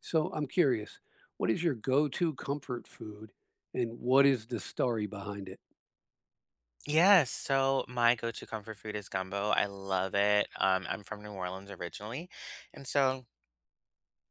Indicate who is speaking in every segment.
Speaker 1: So I'm curious, what is your go-to comfort food and what is the story behind it?
Speaker 2: Yes, so my go-to comfort food is gumbo. I love it. I'm from New Orleans originally, and so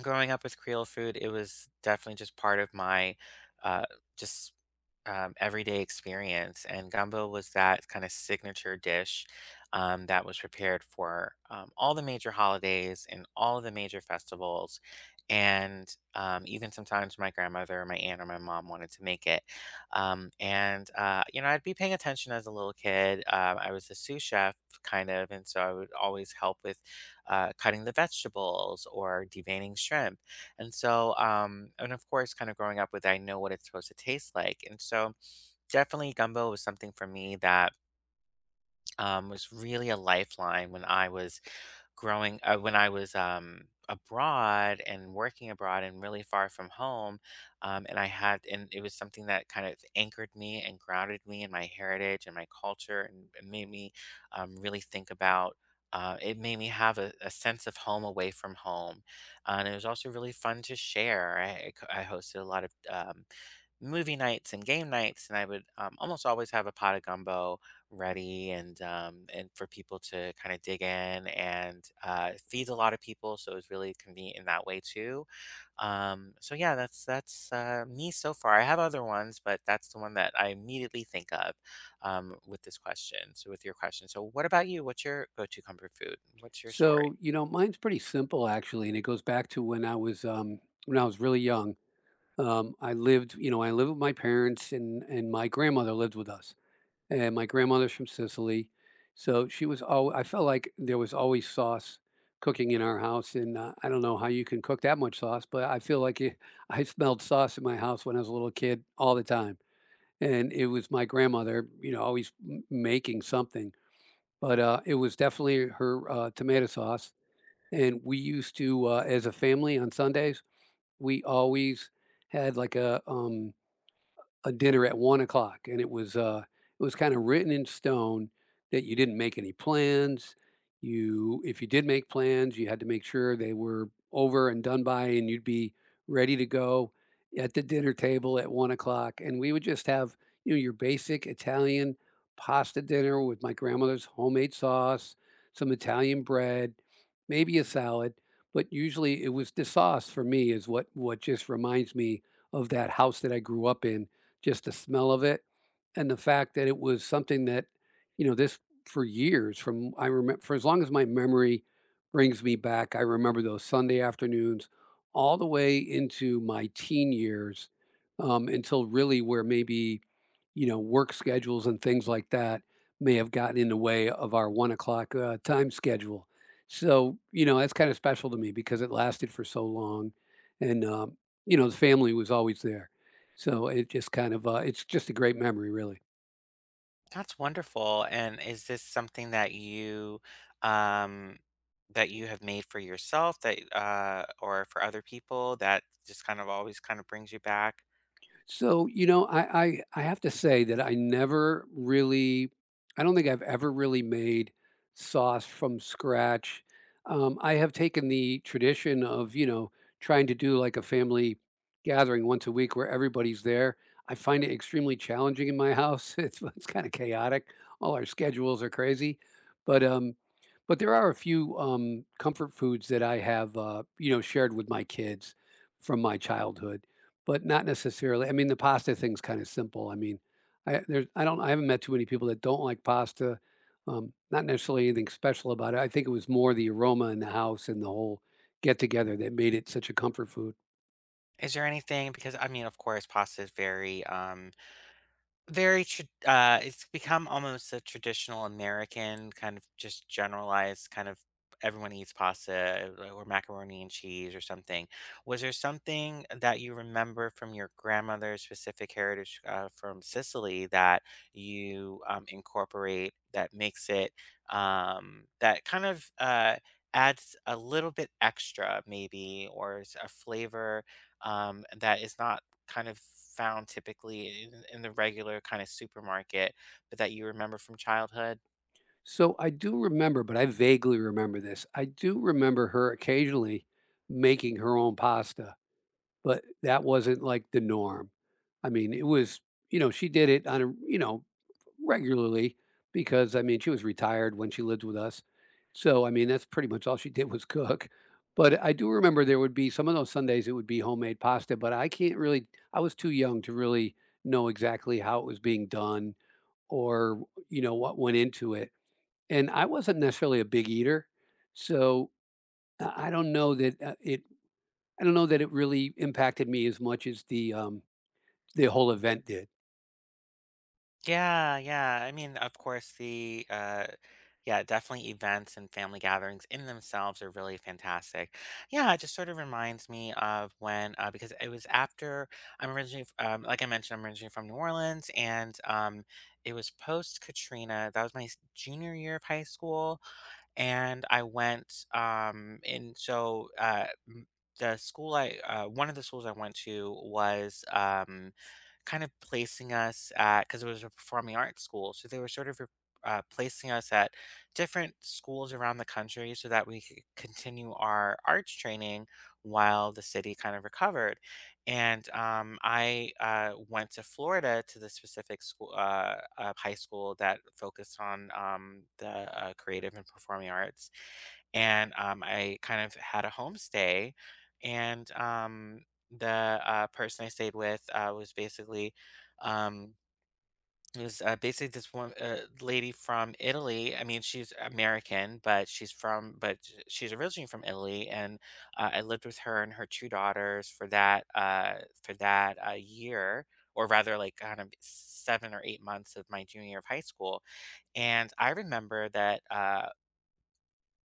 Speaker 2: growing up with Creole food, it was definitely just part of my, uh, just, everyday experience, and gumbo was that kinda signature dish, that was prepared for, all the major holidays and all of the major festivals, and, even sometimes my grandmother, my aunt, or my mom wanted to make it, I'd be paying attention as a little kid. I was a sous chef, kind of, and so I would always help with cutting the vegetables or deveining shrimp. And of course, kind of growing up with, I know what it's supposed to taste like. And so, definitely, gumbo was something for me that was really a lifeline when I was growing when I was abroad and working abroad and really far from home. And I had and it was something that kind of anchored me and grounded me in my heritage and my culture, and it made me really think about. It made me have a sense of home away from home. And it was also really fun to share. I hosted a lot of movie nights and game nights, and I would almost always have a pot of gumbo ready, and for people to kind of dig in, and it feeds a lot of people, so it was really convenient in that way too. So yeah, that's me so far. I have other ones, but that's the one that I immediately think of with this question. So with your question, so what about you? What's your go-to comfort food? What's your story?
Speaker 1: So, you know, mine's pretty simple actually, and it goes back to when I was really young. I lived, with my parents and my grandmother lived with us. And my grandmother's from Sicily. So she was all I felt like there was always sauce cooking in our house and I don't know how you can cook that much sauce, but I feel like it, I smelled sauce in my house when I was a little kid all the time and it was my grandmother, you know, always m making something, but, it was definitely her, tomato sauce, and we used to, as a family on Sundays, we always had like a dinner at 1 o'clock, and it was kinda written in stone that you didn't make any plans. You if you did make plans, you had to make sure they were over and done by, and you'd be ready to go at the dinner table at 1 o'clock. And we would just have, you know, your basic Italian pasta dinner with my grandmother's homemade sauce, some Italian bread, maybe a salad, but usually it was the sauce for me is what just reminds me of that house that I grew up in, just the smell of it, and the fact that it was something that, you know, this for years from I remember for as long as my memory brings me back, I remember those Sunday afternoons all the way into my teen years, until really where maybe, you know, work schedules and things like that may have gotten in the way of our 1 o'clock, time schedule. So, you know, that's kinda special to me because it lasted for so long, and, you know, the family was always there. So, it's just a great memory, really.
Speaker 2: That's wonderful, and is this something that um that you have made for yourself, or for other people, that just kind of always kind of brings you back?
Speaker 1: So, you know, I have to say that I never really, I don't think I've ever really made sauce from scratch. I have taken the tradition of trying to do like a family gathering once a week where everybody's there. I find it extremely challenging in my house. It's kind of chaotic. All our schedules are crazy, but there are a few comfort foods that I have shared with my kids from my childhood, but not necessarily. I mean, the pasta thing's kinda simple. I mean, I there's I don't I haven't met too many people that don't like pasta, not necessarily anything special about it, I think it was more the aroma in the house and the whole get-together that made it such a comfort food.
Speaker 2: Is there anything, because, I mean, of course, pasta is very, Very trad it's become almost a traditional American kind of just generalized kind of everyone eats pasta, or macaroni and cheese or something. Was there something that you remember from your grandmother's specific heritage, from Sicily, that you, incorporate, that makes it, that kind of, adds a little bit extra maybe, or is a flavor, that is not kind of found typically in the regular kind of supermarket, but that you remember from childhood?
Speaker 1: So, I do remember, but I vaguely remember this, I do remember her occasionally making her own pasta. But that wasn't like the norm. I mean, it was, you know, she did it on a, you know, regularly because I mean, she was retired when she lived with us. So, I mean, that's pretty much all she did was cook. But I do remember there would be some of those Sundays it would be homemade pasta, but I can't really I was too young to really know exactly how it was being done or, you know, what went into it. And I wasn't necessarily a big eater. So, I don't know that it really impacted me as much as the whole event did.
Speaker 2: Yeah, yeah. I mean, of course, the yeah, definitely events and family gatherings in themselves are really fantastic. Yeah, it just sort of reminds me of when because it was after I'm originally f- like I mentioned, I'm originally from New Orleans, and it was post Katrina. That was my junior year of high school, and I went, and so, m the school I one of the schools I went to was, kind of placing us at, because it was a performing arts school, so they were sort of placing us at different schools around the country so that we could continue our arts training while the city kind of recovered. And I went to Florida to the specific school, high school that focused on the creative and performing arts, and I kind of had a homestay, and the person I stayed with was basically um, it was basically this one lady from Italy. I mean, she's American, but she's originally from Italy, and I lived with her and her two daughters for that year. Or rather, like kind of 7 or 8 months of my junior year of high school, and I remember that.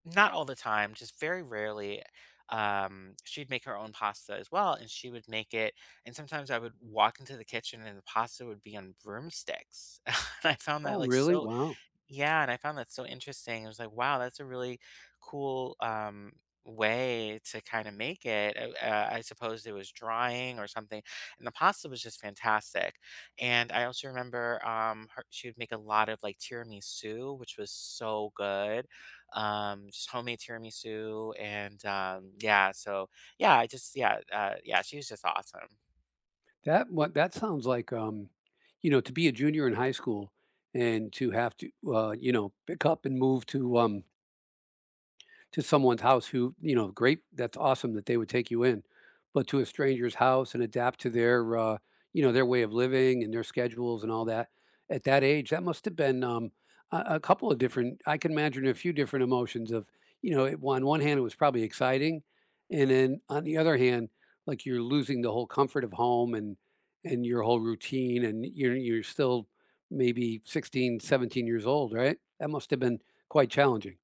Speaker 2: Not all the time, just very rarely. She'd make her own pasta as well, and she would make it. And sometimes I would walk into the kitchen, and the pasta would be on broomsticks. and I found that
Speaker 1: Oh,
Speaker 2: like
Speaker 1: really?
Speaker 2: so
Speaker 1: Wow.
Speaker 2: Yeah, and I found that so interesting. I was like, wow, that's a really cool, way to kind of make it. I suppose it was drying or something. And the pasta was just fantastic. And I also remember, she would make a lot of like tiramisu, which was so good. Just homemade tiramisu. And yeah, so yeah, she was just awesome.
Speaker 1: That what that sounds like, you know, to be a junior in high school and to have to, you know, pick up and move to someone's house who, you know, great, that's awesome that they would take you in. But to a stranger's house and adapt to their way of living and their schedules and all that. At that age, that must have been a couple of different. I can imagine a few different emotions of, you know, it, on one hand it was probably exciting, and then on the other hand, like you're losing the whole comfort of home and your whole routine, and you're still maybe 16, 17 years old, right? That must have been quite challenging.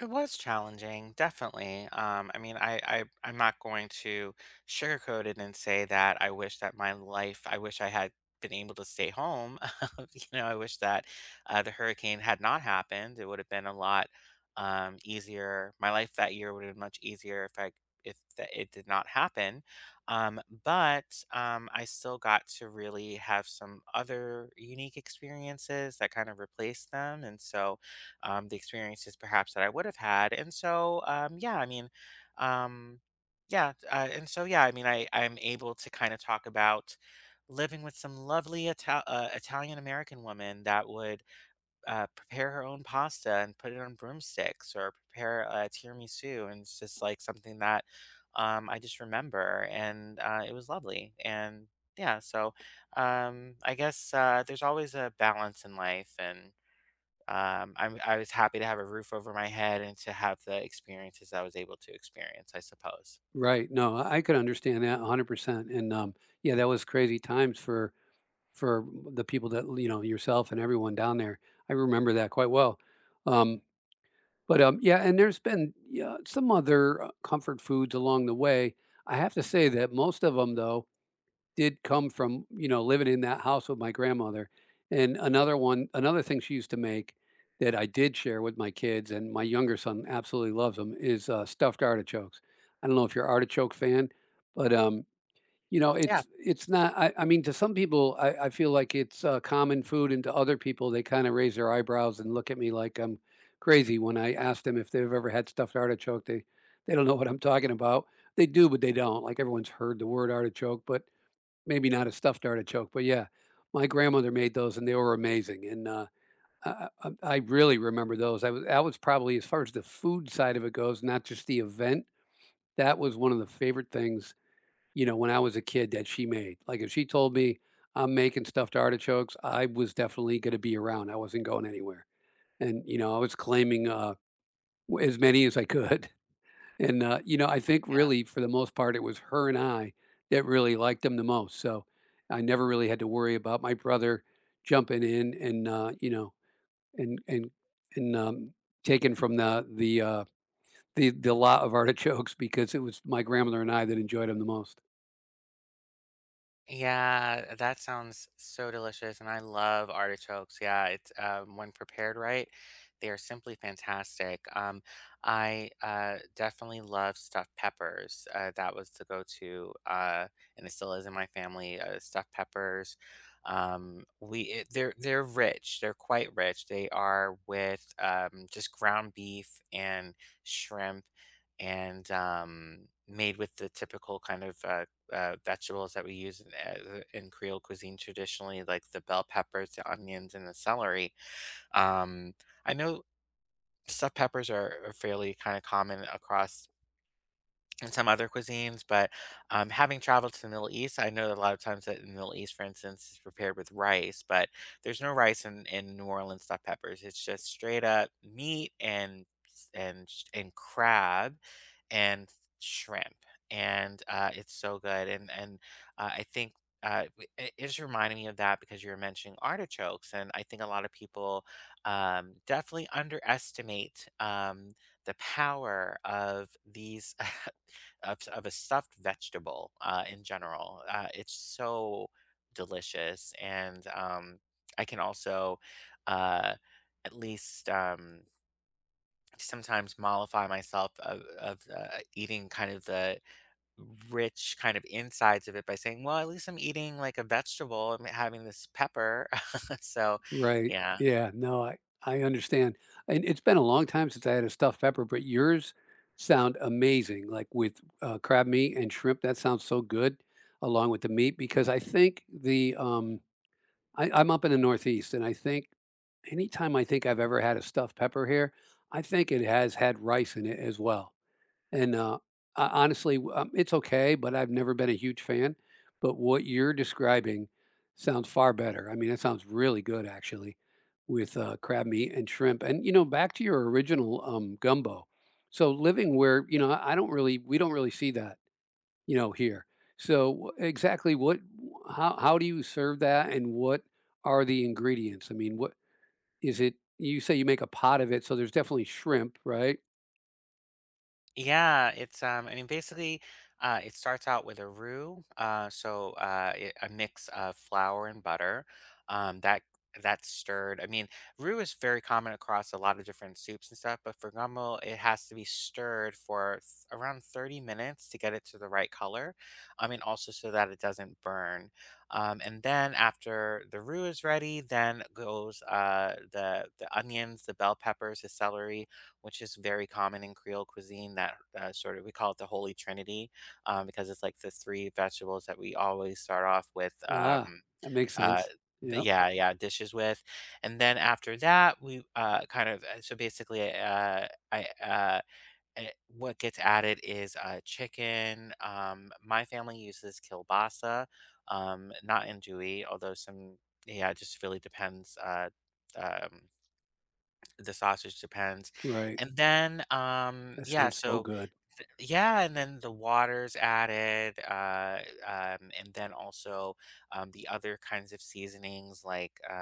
Speaker 2: It was challenging, definitely. I mean, I'm not going to sugarcoat it and say that I wish that my life, I wish I had been able to stay home. You know, I wish that the hurricane had not happened. It would have been a lot easier. My life that year would have been much easier if that it did not happen. But I still got to really have some other unique experiences that kind of replaced them. And so, the experiences perhaps that I would have had. And so, yeah, I mean, um, yeah, and so yeah, I mean, I'm able to kind of talk about living with some lovely Italian American woman, that would prepare her own pasta and put it on broomsticks, or prepare a tiramisu, and it's just like something that, I just remember, and it was lovely, and yeah, so I guess there's always a balance in life, and I was happy to have a roof over my head and to have the experiences I was able to experience, I suppose.
Speaker 1: Right, no, I could understand that 100%, and, yeah, that was crazy times for the people that, you know, yourself and everyone down there. I remember that quite well, um, but, yeah, and there's been, yeah, some other, comfort foods along the way. I have to say that most of them, though, did come from, you know, living in that house with my grandmother. And another thing she used to make that I did share with my kids, and my younger son absolutely loves them is, stuffed artichokes. I don't know if you're an artichoke fan, but, you know,
Speaker 2: Yeah.
Speaker 1: it's not I mean, to some people, I feel like it's, common food, and to other people, they kinda raise their eyebrows and look at me like I'm crazy when I ask them if they've ever had stuffed artichoke. They don't know what I'm talking about. They do, but they don't. Like, everyone's heard the word artichoke, but maybe not a stuffed artichoke, but yeah, my grandmother made those and they were amazing, and, I really remember those. I was that was probably, as far as the food side of it goes, not just the event, that was one of the favorite things, you know, when I was a kid that she made. Like, if she told me, "I'm making stuffed artichokes," I was definitely gonna be around. I wasn't going anywhere, and, you know, I was claiming, w as many as I could. And, you know, I think really for the most part, it was her and I that really liked him the most. So I never really had to worry about my brother jumping in and, and, and, and taken from the lot of artichokes because it was my grandmother and I that enjoyed him the most.
Speaker 2: Yeah, that sounds so delicious, and I love artichokes. Yeah, it's, when prepared right, they are simply fantastic. I definitely love stuffed peppers. That was the go-to, and it still is in my family. Stuffed peppers. They're rich. They're quite rich. They are with just ground beef and shrimp, and made with the typical kind of vegetables that we use in Creole cuisine traditionally, like the bell peppers, the onions, and the celery. Um, I know stuffed peppers are fairly kind of common across and some other cuisines, but having traveled to the Middle East, I know that a lot of times that in the Middle East, for instance, is prepared with rice, but there's no rice in New Orleans stuffed peppers. It's just straight up meat and crab and shrimp, and it's so good. And I think. It just reminded me of that because you were mentioning artichokes, and I think a lot of people, definitely underestimate, the power of these of a stuffed vegetable, in general. It's so delicious, and I can also uh, at least sometimes mollify myself of eating kind of the rich kind of insides of it by saying, well, at least I'm eating like a vegetable. I'm having this pepper, so
Speaker 1: Right.
Speaker 2: yeah.
Speaker 1: Yeah, no, I understand, and it's been a long time since I had a stuffed pepper, but yours sound amazing, like, with, crab meat and shrimp, that sounds so good along with the meat because I think the, I I'm up in the Northeast, and I think anytime I think I've ever had a stuffed pepper here, I think it has had rice in it as well. And, ho honestly, it's okay, but I've never been a huge fan, but what you're describing sounds far better. I mean, that sounds really good actually with, crab meat and shrimp, and, you know, back to your original, gumbo. So living where, you know, I don't really we don't really see that, you know, here. So exactly what, how do you serve that, and what are the ingredients? I mean, what is it, you say you make a pot of it, so there's definitely shrimp, right?
Speaker 2: Yeah, it's I mean, basically it starts out with a roux, a mix of flour and butter. Um that that's stirred. I mean, roux is very common across a lot of different soups and stuff, but for gumbo it has to be stirred for around 30 minutes to get it to the right color. I mean also so that it doesn't burn. And then after the roux is ready, then goes the onions, the bell peppers, the celery, which is very common in Creole cuisine. That, sort of, we call it the Holy Trinity, because it's like the three vegetables that we always start off with.
Speaker 1: Ah, that makes
Speaker 2: Uh,
Speaker 1: sense.
Speaker 2: but
Speaker 1: Yep.
Speaker 2: yeah, yeah, dishes with, and then after that we kind of so basically what gets added is chicken. My family uses kielbasa, not andouille, although some yeah, it just really depends. Um, the sausage depends.
Speaker 1: Right.
Speaker 2: And then,
Speaker 1: That
Speaker 2: yeah,
Speaker 1: sounds so
Speaker 2: so
Speaker 1: good.
Speaker 2: yeah, and then the water's added, and then also, the other kinds of seasonings like, uh,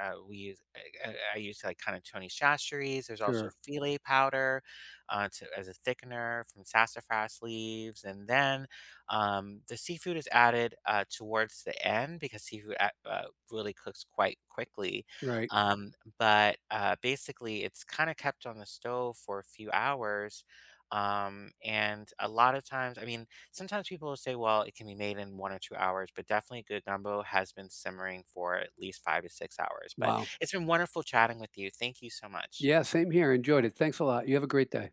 Speaker 2: uh, we use. I use like kind of Tony Chachere's. There's also
Speaker 1: Sure.
Speaker 2: filet powder as a thickener from sassafras leaves, and then the seafood is added towards the end because seafood really cooks quite quickly.
Speaker 1: Right.
Speaker 2: Um, but Basically, it's kind of kept on the stove for a few hours, and a lot of times, I mean, sometimes people will say, well, it can be made in 1 or 2 hours, but definitely good gumbo has been simmering for at least 5 to 6 hours. But
Speaker 1: Wow.
Speaker 2: it's been wonderful chatting with you. Thank you so much.
Speaker 1: Yeah, same here. Enjoyed it. Thanks a lot. You have a great day.